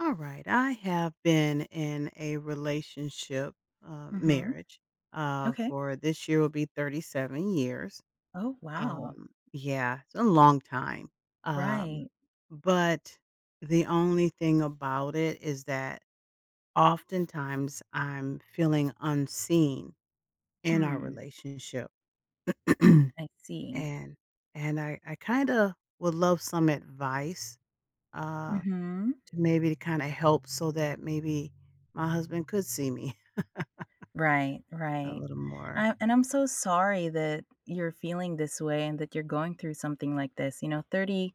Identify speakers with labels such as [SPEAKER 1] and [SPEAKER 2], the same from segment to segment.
[SPEAKER 1] All right. I have been in a relationship,
[SPEAKER 2] Mhm.
[SPEAKER 1] marriage,
[SPEAKER 2] Okay.
[SPEAKER 1] for this year will be 37 years.
[SPEAKER 2] Oh, wow.
[SPEAKER 1] Yeah, it's a long time. Um,
[SPEAKER 2] Right.
[SPEAKER 1] but the only thing about it is that oftentimes I'm feeling unseen in our
[SPEAKER 2] Hmm.
[SPEAKER 1] relationship. and
[SPEAKER 2] I see.
[SPEAKER 1] and I kind of would love some advice. Um,
[SPEAKER 2] Mhm.
[SPEAKER 1] to maybe to kinda help so that maybe my husband could see me
[SPEAKER 2] Right,
[SPEAKER 1] a
[SPEAKER 2] right.
[SPEAKER 1] little more.
[SPEAKER 2] And I'm so sorry that you're feeling this way and that you're going through something like this. You know, thirty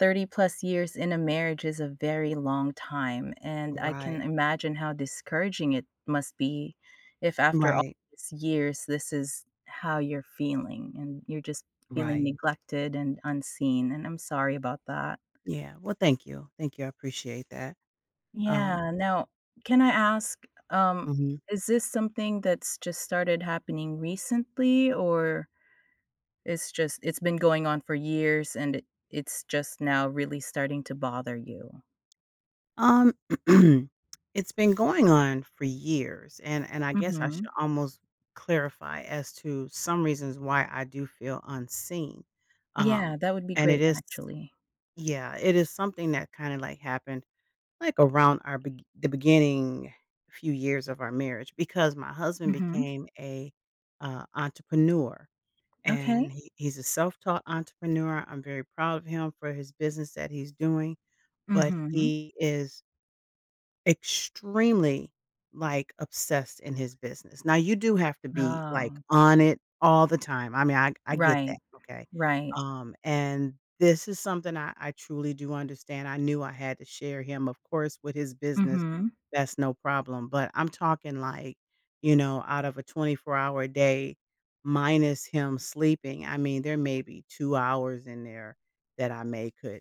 [SPEAKER 2] thirty plus years in a marriage is a very long time, and I
[SPEAKER 1] Right,
[SPEAKER 2] can imagine how discouraging it must be if after all
[SPEAKER 1] right,
[SPEAKER 2] these years this is how you're feeling and you're just feeling
[SPEAKER 1] right.
[SPEAKER 2] neglected and unseen. And I'm sorry about that.
[SPEAKER 1] Yeah, well, thank you. Thank you, I appreciate that. Um.
[SPEAKER 2] Yeah, now, can I ask, um,
[SPEAKER 1] Mhm.
[SPEAKER 2] is this something that's just started happening recently, or it's just it's been going on for years and it's just now really starting to bother you?
[SPEAKER 1] um, it's been going on for years, and I guess I should
[SPEAKER 2] Mhm.
[SPEAKER 1] almost clarify as to some reasons why I do feel unseen. Um,
[SPEAKER 2] Yeah, that would be
[SPEAKER 1] and it
[SPEAKER 2] great,
[SPEAKER 1] is
[SPEAKER 2] actually.
[SPEAKER 1] yeah, it is something that kinda, like, happened. Like, around our beg the beginning few years of our marriage because my husband
[SPEAKER 2] Mhm.
[SPEAKER 1] became a, entrepreneur, and
[SPEAKER 2] Okay.
[SPEAKER 1] he's a self-taught entrepreneur. I'm very proud of him for his business that he's doing, but
[SPEAKER 2] Mhm.
[SPEAKER 1] he is extremely, like, obsessed in his business. Now you do have to be, like,
[SPEAKER 2] Oh,
[SPEAKER 1] on it all the time. I mean, I get that,
[SPEAKER 2] right,
[SPEAKER 1] okay?
[SPEAKER 2] right.
[SPEAKER 1] And this is something I truly do understand. I knew I had to share him, of course, with his business,
[SPEAKER 2] Mhm.
[SPEAKER 1] that's no problem, but I'm talking, like, you know, out of a 24-hour day, minus him sleeping, I mean, there may be 2 hours in there that I may could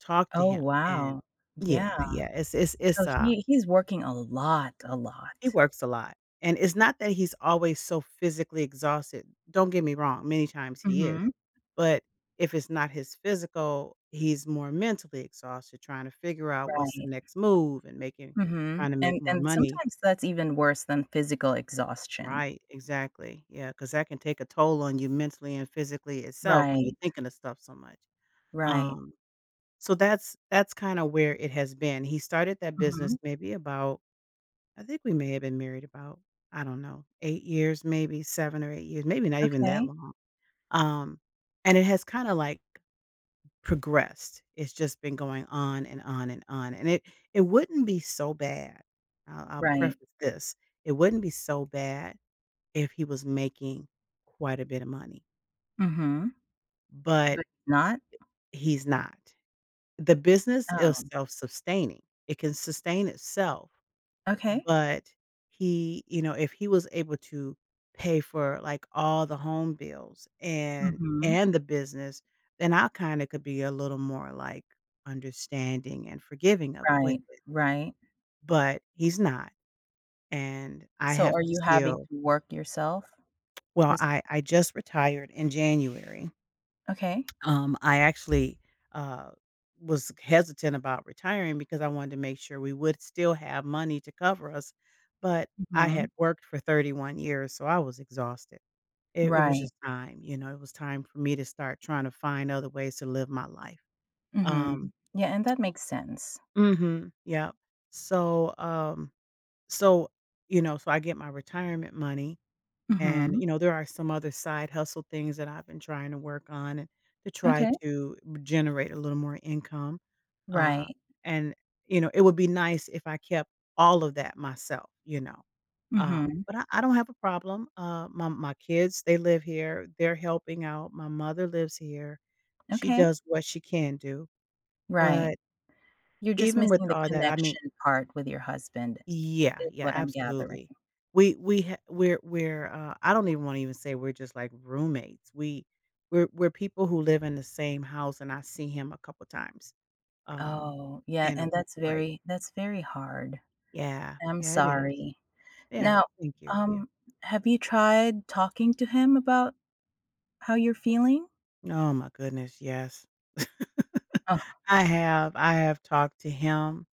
[SPEAKER 1] talk to
[SPEAKER 2] Oh,
[SPEAKER 1] him, and
[SPEAKER 2] wow. Yeah.
[SPEAKER 1] yeah, yeah,
[SPEAKER 2] So he's working a lot, a
[SPEAKER 1] he
[SPEAKER 2] lot.
[SPEAKER 1] works a lot, and it's not that he's always so physically exhausted, don't get me wrong, many times he is,
[SPEAKER 2] Mhm.
[SPEAKER 1] but if it's not his physical, he's more mentally exhausted trying to figure out what's the
[SPEAKER 2] Right.
[SPEAKER 1] next move and making
[SPEAKER 2] Mhm,
[SPEAKER 1] trying to make
[SPEAKER 2] and
[SPEAKER 1] more
[SPEAKER 2] and
[SPEAKER 1] money.
[SPEAKER 2] sometimes that's even worse than physical exhaustion.
[SPEAKER 1] Right, exactly. Yeah, because that can take a toll on you mentally and physically itself when you're
[SPEAKER 2] Right,
[SPEAKER 1] thinking of stuff so much.
[SPEAKER 2] right.
[SPEAKER 1] Um, so that's kinda where it has been. He started that
[SPEAKER 2] Mhm,
[SPEAKER 1] business maybe about, I think we may have been married about, I don't know, 8 years, maybe 7 or 8 years, maybe not even that
[SPEAKER 2] okay.
[SPEAKER 1] long. Um, and it has kinda, like, progressed. It's just been going on and on and on, and it wouldn't be so bad. I'll
[SPEAKER 2] Right.
[SPEAKER 1] preface this. It wouldn't be so bad if he was making quite a bit of money,
[SPEAKER 2] Mhm,
[SPEAKER 1] but
[SPEAKER 2] but not?
[SPEAKER 1] he's not. The business is
[SPEAKER 2] Oh,
[SPEAKER 1] self-sustaining. It can sustain itself.
[SPEAKER 2] okay.
[SPEAKER 1] But he, you know, if he was able to pay for, like, all the home bills and
[SPEAKER 2] Mhm,
[SPEAKER 1] the business, then I kinda could be a little more, like, understanding and forgiving of it with
[SPEAKER 2] right,
[SPEAKER 1] it.
[SPEAKER 2] right.
[SPEAKER 1] But he's not, and I
[SPEAKER 2] So
[SPEAKER 1] have
[SPEAKER 2] are
[SPEAKER 1] to
[SPEAKER 2] you having
[SPEAKER 1] still,
[SPEAKER 2] to work yourself?
[SPEAKER 1] well,
[SPEAKER 2] Just
[SPEAKER 1] I just retired in January.
[SPEAKER 2] okay.
[SPEAKER 1] I actually, uh, was hesitant about retiring because I wanted to make sure we would still have money to cover us, but I
[SPEAKER 2] Mhm,
[SPEAKER 1] had worked for 31 years, so I was exhausted. It was
[SPEAKER 2] right.
[SPEAKER 1] just time, you know, it was time for me to start trying to find other ways to live my life. Um,
[SPEAKER 2] Mhm. Yeah, and that makes sense.
[SPEAKER 1] mhm, yep. So, so, you know, so I get my retirement money, and,
[SPEAKER 2] Mhm,
[SPEAKER 1] you know, there are some other side hustle things that I've been trying to work on and to try
[SPEAKER 2] okay.
[SPEAKER 1] to generate a little more income. Uh,
[SPEAKER 2] Right.
[SPEAKER 1] and, you know, it would be nice if I kept all of that myself, you know.
[SPEAKER 2] Mhm,
[SPEAKER 1] But I don't have a problem. My kids, they live here. They're helping out. My mother lives here. She
[SPEAKER 2] okay.
[SPEAKER 1] does what she can do. But
[SPEAKER 2] Right. You're just
[SPEAKER 1] even with
[SPEAKER 2] missing the
[SPEAKER 1] all that, I mean,
[SPEAKER 2] connection part with your husband
[SPEAKER 1] yeah,
[SPEAKER 2] is
[SPEAKER 1] yeah,
[SPEAKER 2] what I'm gathering.
[SPEAKER 1] absolutely. We ha we're, I don't even wanna even say we're just like roommates. We're people who live in the same house, and I see him a couple times, um,
[SPEAKER 2] Oh, yeah,
[SPEAKER 1] in a
[SPEAKER 2] and
[SPEAKER 1] week, like,
[SPEAKER 2] that's very hard.
[SPEAKER 1] yeah,
[SPEAKER 2] I'm
[SPEAKER 1] yeah, it is.
[SPEAKER 2] sorry.
[SPEAKER 1] Yeah,
[SPEAKER 2] Now,
[SPEAKER 1] thank you, yeah.
[SPEAKER 2] um, have you tried talking to him about how you're feeling?
[SPEAKER 1] Oh my goodness, yes.
[SPEAKER 2] Oh,
[SPEAKER 1] I have. I have talked to him.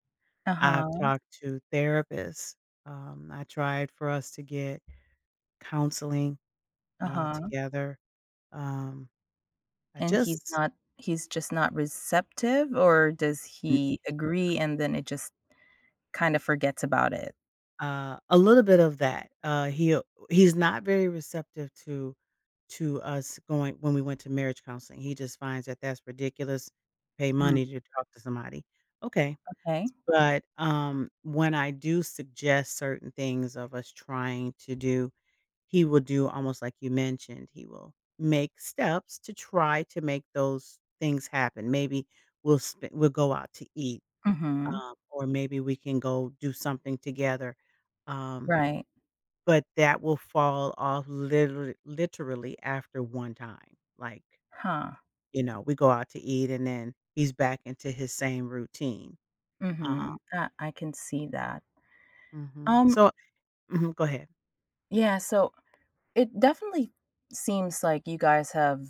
[SPEAKER 1] I've
[SPEAKER 2] uh-huh,
[SPEAKER 1] talked to therapists. I tried for us to get counseling,
[SPEAKER 2] uh-huh,
[SPEAKER 1] together. Um, I
[SPEAKER 2] and he's
[SPEAKER 1] just
[SPEAKER 2] not he's just not receptive, or does
[SPEAKER 1] N
[SPEAKER 2] he agree and then it just kind of forgets about it?
[SPEAKER 1] A little bit of that. He's not very receptive to us going. When we went to marriage counseling, he just finds that that's ridiculous, pay
[SPEAKER 2] Mm,
[SPEAKER 1] money to talk to somebody. Okay.
[SPEAKER 2] okay.
[SPEAKER 1] But, when I do suggest certain things of us trying to do, he will do almost like you mentioned. He will make steps to try to make those things happen. Maybe we'll go out to eat,
[SPEAKER 2] Mhm.
[SPEAKER 1] or maybe we can go do something together. Um,
[SPEAKER 2] Right.
[SPEAKER 1] but that will fall off literally, literally after one time. Like,
[SPEAKER 2] Huh.
[SPEAKER 1] you know, we go out to eat and then he's back into his same routine. Uh,
[SPEAKER 2] Mhm. I can see that.
[SPEAKER 1] mhm.
[SPEAKER 2] Um,
[SPEAKER 1] So, mhm, go ahead.
[SPEAKER 2] yeah, so it definitely seems like you guys have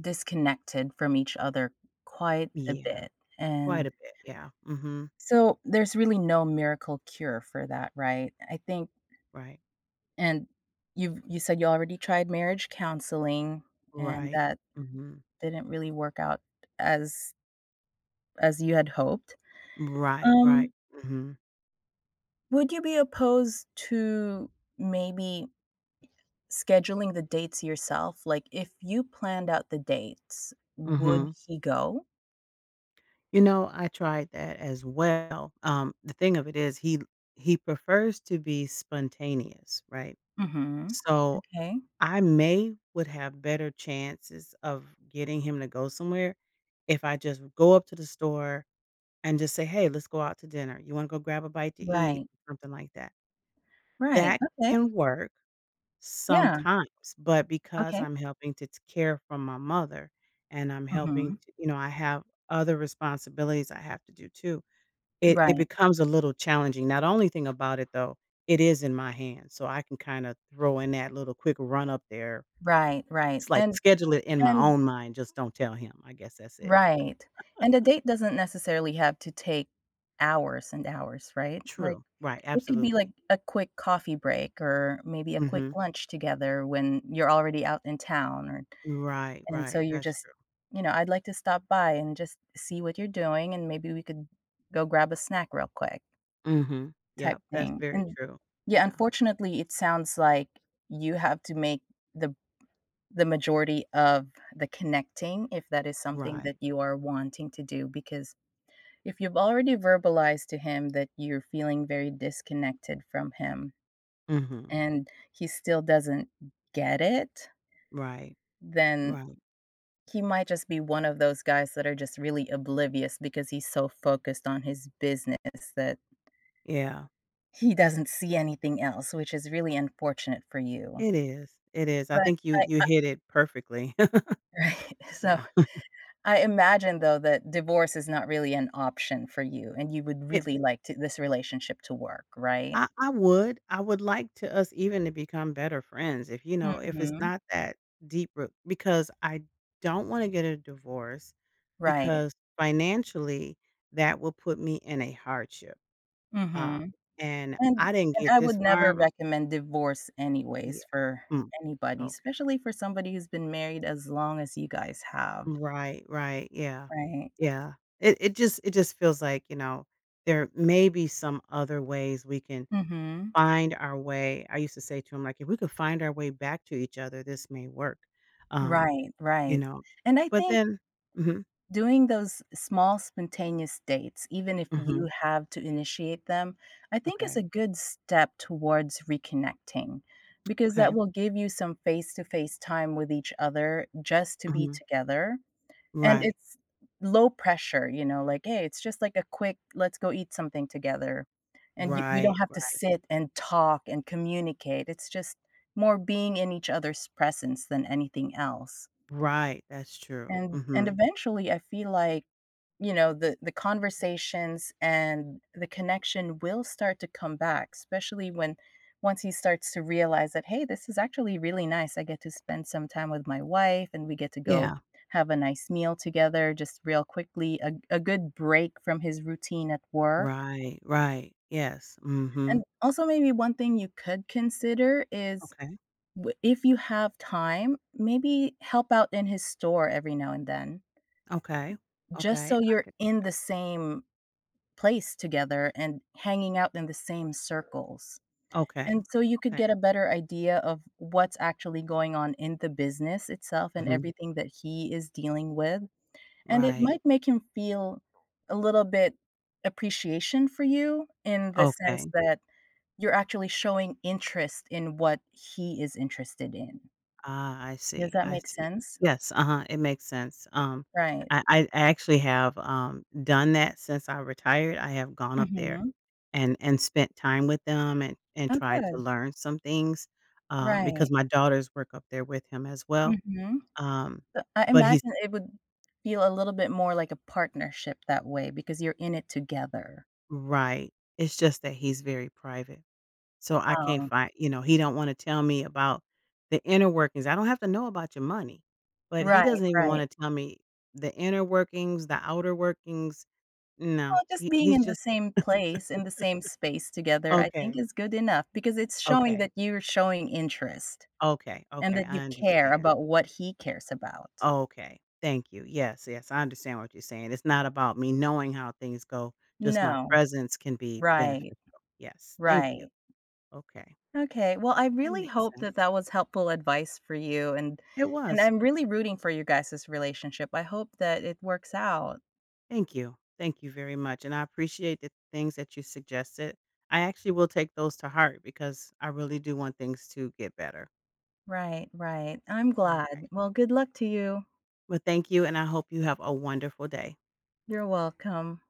[SPEAKER 2] disconnected from each other quite a
[SPEAKER 1] Yeah,
[SPEAKER 2] bit.
[SPEAKER 1] quite
[SPEAKER 2] And
[SPEAKER 1] a bit. Yeah. Hmm.
[SPEAKER 2] so there's really no miracle cure for that, right? I think
[SPEAKER 1] Right.
[SPEAKER 2] and you said you already tried marriage counseling and
[SPEAKER 1] Right.
[SPEAKER 2] that
[SPEAKER 1] Hmm.
[SPEAKER 2] didn't really work out as as you had hoped.
[SPEAKER 1] Right. Right.
[SPEAKER 2] Um,
[SPEAKER 1] Hmm.
[SPEAKER 2] would you be opposed to maybe scheduling the dates yourself? Like if you planned out the dates, would
[SPEAKER 1] Hmm.
[SPEAKER 2] he go?
[SPEAKER 1] You know, I tried that as well. The thing of it is he prefers to be spontaneous, right?
[SPEAKER 2] Mhm.
[SPEAKER 1] So
[SPEAKER 2] Okay.
[SPEAKER 1] I may would have better chances of getting him to go somewhere if I just go up to the store and just say, "Hey, let's go out to dinner. You want to go grab a bite to eat?"
[SPEAKER 2] Right.
[SPEAKER 1] Something like that.
[SPEAKER 2] Right.
[SPEAKER 1] That
[SPEAKER 2] Okay.
[SPEAKER 1] can work
[SPEAKER 2] Yeah,
[SPEAKER 1] sometimes, but because
[SPEAKER 2] okay.
[SPEAKER 1] I'm helping to care for my mother and I'm helping
[SPEAKER 2] Mhm.
[SPEAKER 1] to, you know, I have other responsibilities I have to do too, it
[SPEAKER 2] Right,
[SPEAKER 1] becomes a little challenging. Now, the only thing about it though, it is in my hands, so I can kinda throw in that little quick run up there.
[SPEAKER 2] right, right,
[SPEAKER 1] It's like
[SPEAKER 2] and
[SPEAKER 1] schedule it in my
[SPEAKER 2] and
[SPEAKER 1] own mind, just don't tell him. I guess that's it.
[SPEAKER 2] Right, and a date doesn't necessarily have to take hours and hours, right? Like,
[SPEAKER 1] True. Right,
[SPEAKER 2] it could be, like,
[SPEAKER 1] absolutely.
[SPEAKER 2] a quick coffee break or maybe a quick
[SPEAKER 1] Mhm.
[SPEAKER 2] lunch together when you're already out in town or
[SPEAKER 1] Right,
[SPEAKER 2] and so
[SPEAKER 1] right,
[SPEAKER 2] you're
[SPEAKER 1] that's
[SPEAKER 2] just,
[SPEAKER 1] true.
[SPEAKER 2] you know, "I'd like to stop by and just see what you're doing, and maybe we could go grab a snack real quick,"
[SPEAKER 1] Mhm.
[SPEAKER 2] type
[SPEAKER 1] Yep, that's
[SPEAKER 2] thing,
[SPEAKER 1] very
[SPEAKER 2] and
[SPEAKER 1] true.
[SPEAKER 2] yeah,
[SPEAKER 1] Yeah.
[SPEAKER 2] unfortunately, it sounds like you have to make the the majority of the connecting, if that is something that
[SPEAKER 1] Right.
[SPEAKER 2] you are wanting to do, because if you've already verbalized to him that you're feeling very disconnected from him
[SPEAKER 1] Mhm.
[SPEAKER 2] and he still doesn't get it,
[SPEAKER 1] Right.
[SPEAKER 2] then
[SPEAKER 1] Right.
[SPEAKER 2] he might just be one of those guys that are just really oblivious because he's so focused on his business that
[SPEAKER 1] Yeah.
[SPEAKER 2] he doesn't see anything else, which is really unfortunate for you.
[SPEAKER 1] It is. It is. I
[SPEAKER 2] But
[SPEAKER 1] think you
[SPEAKER 2] I,
[SPEAKER 1] you
[SPEAKER 2] I
[SPEAKER 1] hit it perfectly.
[SPEAKER 2] right. So
[SPEAKER 1] Yeah.
[SPEAKER 2] I imagine, though, that divorce is not really an option for you, and you would really like to this relationship to work, right?
[SPEAKER 1] I would. I would like to us even to become better friends if, you know, if it's
[SPEAKER 2] Mhm.
[SPEAKER 1] not that deep root, because I don't wanna get a divorce
[SPEAKER 2] Right.
[SPEAKER 1] because financially, that will put me in a hardship, uh,
[SPEAKER 2] Mhm.
[SPEAKER 1] and I
[SPEAKER 2] And
[SPEAKER 1] didn't
[SPEAKER 2] and
[SPEAKER 1] get
[SPEAKER 2] I
[SPEAKER 1] this
[SPEAKER 2] would
[SPEAKER 1] far
[SPEAKER 2] never
[SPEAKER 1] in my,
[SPEAKER 2] recommend divorce
[SPEAKER 1] yeah.
[SPEAKER 2] anyways for
[SPEAKER 1] Mm,
[SPEAKER 2] anybody,
[SPEAKER 1] okay.
[SPEAKER 2] especially for somebody who's been married as long as you guys have,
[SPEAKER 1] Right, right, yeah.
[SPEAKER 2] right?
[SPEAKER 1] Yeah. It just it just feels like, you know, there may be some other ways we can
[SPEAKER 2] Mhm.
[SPEAKER 1] find our way. I used to say to him, like, "If we could find our way back to each other, this may work." Um,
[SPEAKER 2] Right,
[SPEAKER 1] you
[SPEAKER 2] right.
[SPEAKER 1] know?
[SPEAKER 2] And I
[SPEAKER 1] But
[SPEAKER 2] think
[SPEAKER 1] then, mhm,
[SPEAKER 2] doing those small spontaneous dates, even if
[SPEAKER 1] mhm,
[SPEAKER 2] you have to initiate them, I think is
[SPEAKER 1] okay,
[SPEAKER 2] a good step towards reconnecting because
[SPEAKER 1] okay,
[SPEAKER 2] that will give you some face to face time with each other just to be
[SPEAKER 1] mhm,
[SPEAKER 2] together. And
[SPEAKER 1] right,
[SPEAKER 2] it's low pressure, you know, like, hey, it's just like a quick, let's go eat something together. And you, we don't
[SPEAKER 1] right,
[SPEAKER 2] have to
[SPEAKER 1] right,
[SPEAKER 2] sit and talk and communicate. It's just more being in each other's presence than anything else.
[SPEAKER 1] right, that's true,
[SPEAKER 2] And
[SPEAKER 1] mhm,
[SPEAKER 2] eventually I feel like, you know, the conversations and the connection will start to come back, especially when once he starts to realize that, "Hey, this is actually really nice. I get to spend some time with my wife and we get to go
[SPEAKER 1] yeah,
[SPEAKER 2] have a nice meal together just real quickly, a good break from his routine at work."
[SPEAKER 1] right, right, yes, mhm,
[SPEAKER 2] And also maybe one thing you could consider is
[SPEAKER 1] okay,
[SPEAKER 2] w if you have time, maybe help out in his store every now and then.
[SPEAKER 1] okay,
[SPEAKER 2] Just
[SPEAKER 1] okay,
[SPEAKER 2] so
[SPEAKER 1] I
[SPEAKER 2] you're
[SPEAKER 1] could,
[SPEAKER 2] in the same place together and hanging out in the same circles.
[SPEAKER 1] okay,
[SPEAKER 2] And so you could
[SPEAKER 1] okay,
[SPEAKER 2] get a better idea of what's actually going on in the business itself and
[SPEAKER 1] mhm,
[SPEAKER 2] everything that he is dealing with. And it
[SPEAKER 1] right,
[SPEAKER 2] might make him feel a little bit appreciation for you in the sense
[SPEAKER 1] okay.
[SPEAKER 2] that you're actually showing interest in what he is interested in.
[SPEAKER 1] Ah, I
[SPEAKER 2] Does
[SPEAKER 1] see,
[SPEAKER 2] that
[SPEAKER 1] I
[SPEAKER 2] make
[SPEAKER 1] see.
[SPEAKER 2] sense?
[SPEAKER 1] Yes, uh-huh, it makes sense.
[SPEAKER 2] Right.
[SPEAKER 1] I actually have, done that since I retired. I have gone up there
[SPEAKER 2] Mhm.
[SPEAKER 1] and spent time with them and
[SPEAKER 2] Oh,
[SPEAKER 1] tried to
[SPEAKER 2] good.
[SPEAKER 1] learn some things, because
[SPEAKER 2] Right.
[SPEAKER 1] my daughters work up there with him as well.
[SPEAKER 2] Mhm.
[SPEAKER 1] Um,
[SPEAKER 2] So, I
[SPEAKER 1] but he's
[SPEAKER 2] imagine it would feel a little bit more like a partnership that way because you're in it together.
[SPEAKER 1] right. It's just that he's very private. So I can't
[SPEAKER 2] Oh,
[SPEAKER 1] find, you know, he don't wanna tell me about the inner workings. I don't have to know about your money, but he
[SPEAKER 2] right,
[SPEAKER 1] doesn't even
[SPEAKER 2] right.
[SPEAKER 1] wanna tell me the inner workings, the outer workings. No,
[SPEAKER 2] Well, just
[SPEAKER 1] he
[SPEAKER 2] being
[SPEAKER 1] he's
[SPEAKER 2] in the
[SPEAKER 1] just
[SPEAKER 2] same place, in the same space together, I think
[SPEAKER 1] okay,
[SPEAKER 2] is good enough because it's showing
[SPEAKER 1] okay,
[SPEAKER 2] that you're showing interest
[SPEAKER 1] okay,
[SPEAKER 2] and
[SPEAKER 1] okay,
[SPEAKER 2] that you
[SPEAKER 1] I
[SPEAKER 2] care
[SPEAKER 1] understand.
[SPEAKER 2] about what he cares about.
[SPEAKER 1] Okay, thank you. Yes, yes, I understand what you're saying. It's not about me knowing how things go, just my
[SPEAKER 2] No.
[SPEAKER 1] presence can be
[SPEAKER 2] Right,
[SPEAKER 1] beneficial. Yes, thank you.
[SPEAKER 2] right.
[SPEAKER 1] Okay,
[SPEAKER 2] Okay, well, I
[SPEAKER 1] that
[SPEAKER 2] really
[SPEAKER 1] makes
[SPEAKER 2] hope that
[SPEAKER 1] sense.
[SPEAKER 2] that was helpful advice for you,
[SPEAKER 1] It
[SPEAKER 2] and
[SPEAKER 1] was.
[SPEAKER 2] I'm really rooting for you guys' relationship. I hope that it works out.
[SPEAKER 1] Thank you. Thank you very much, and I appreciate the things that you suggested. I actually will take those to heart because I really do want things to get better.
[SPEAKER 2] Right, right. I'm
[SPEAKER 1] All
[SPEAKER 2] glad.
[SPEAKER 1] right.
[SPEAKER 2] Well, good luck to you.
[SPEAKER 1] Well, thank you, and I hope you have a wonderful day.
[SPEAKER 2] You're welcome.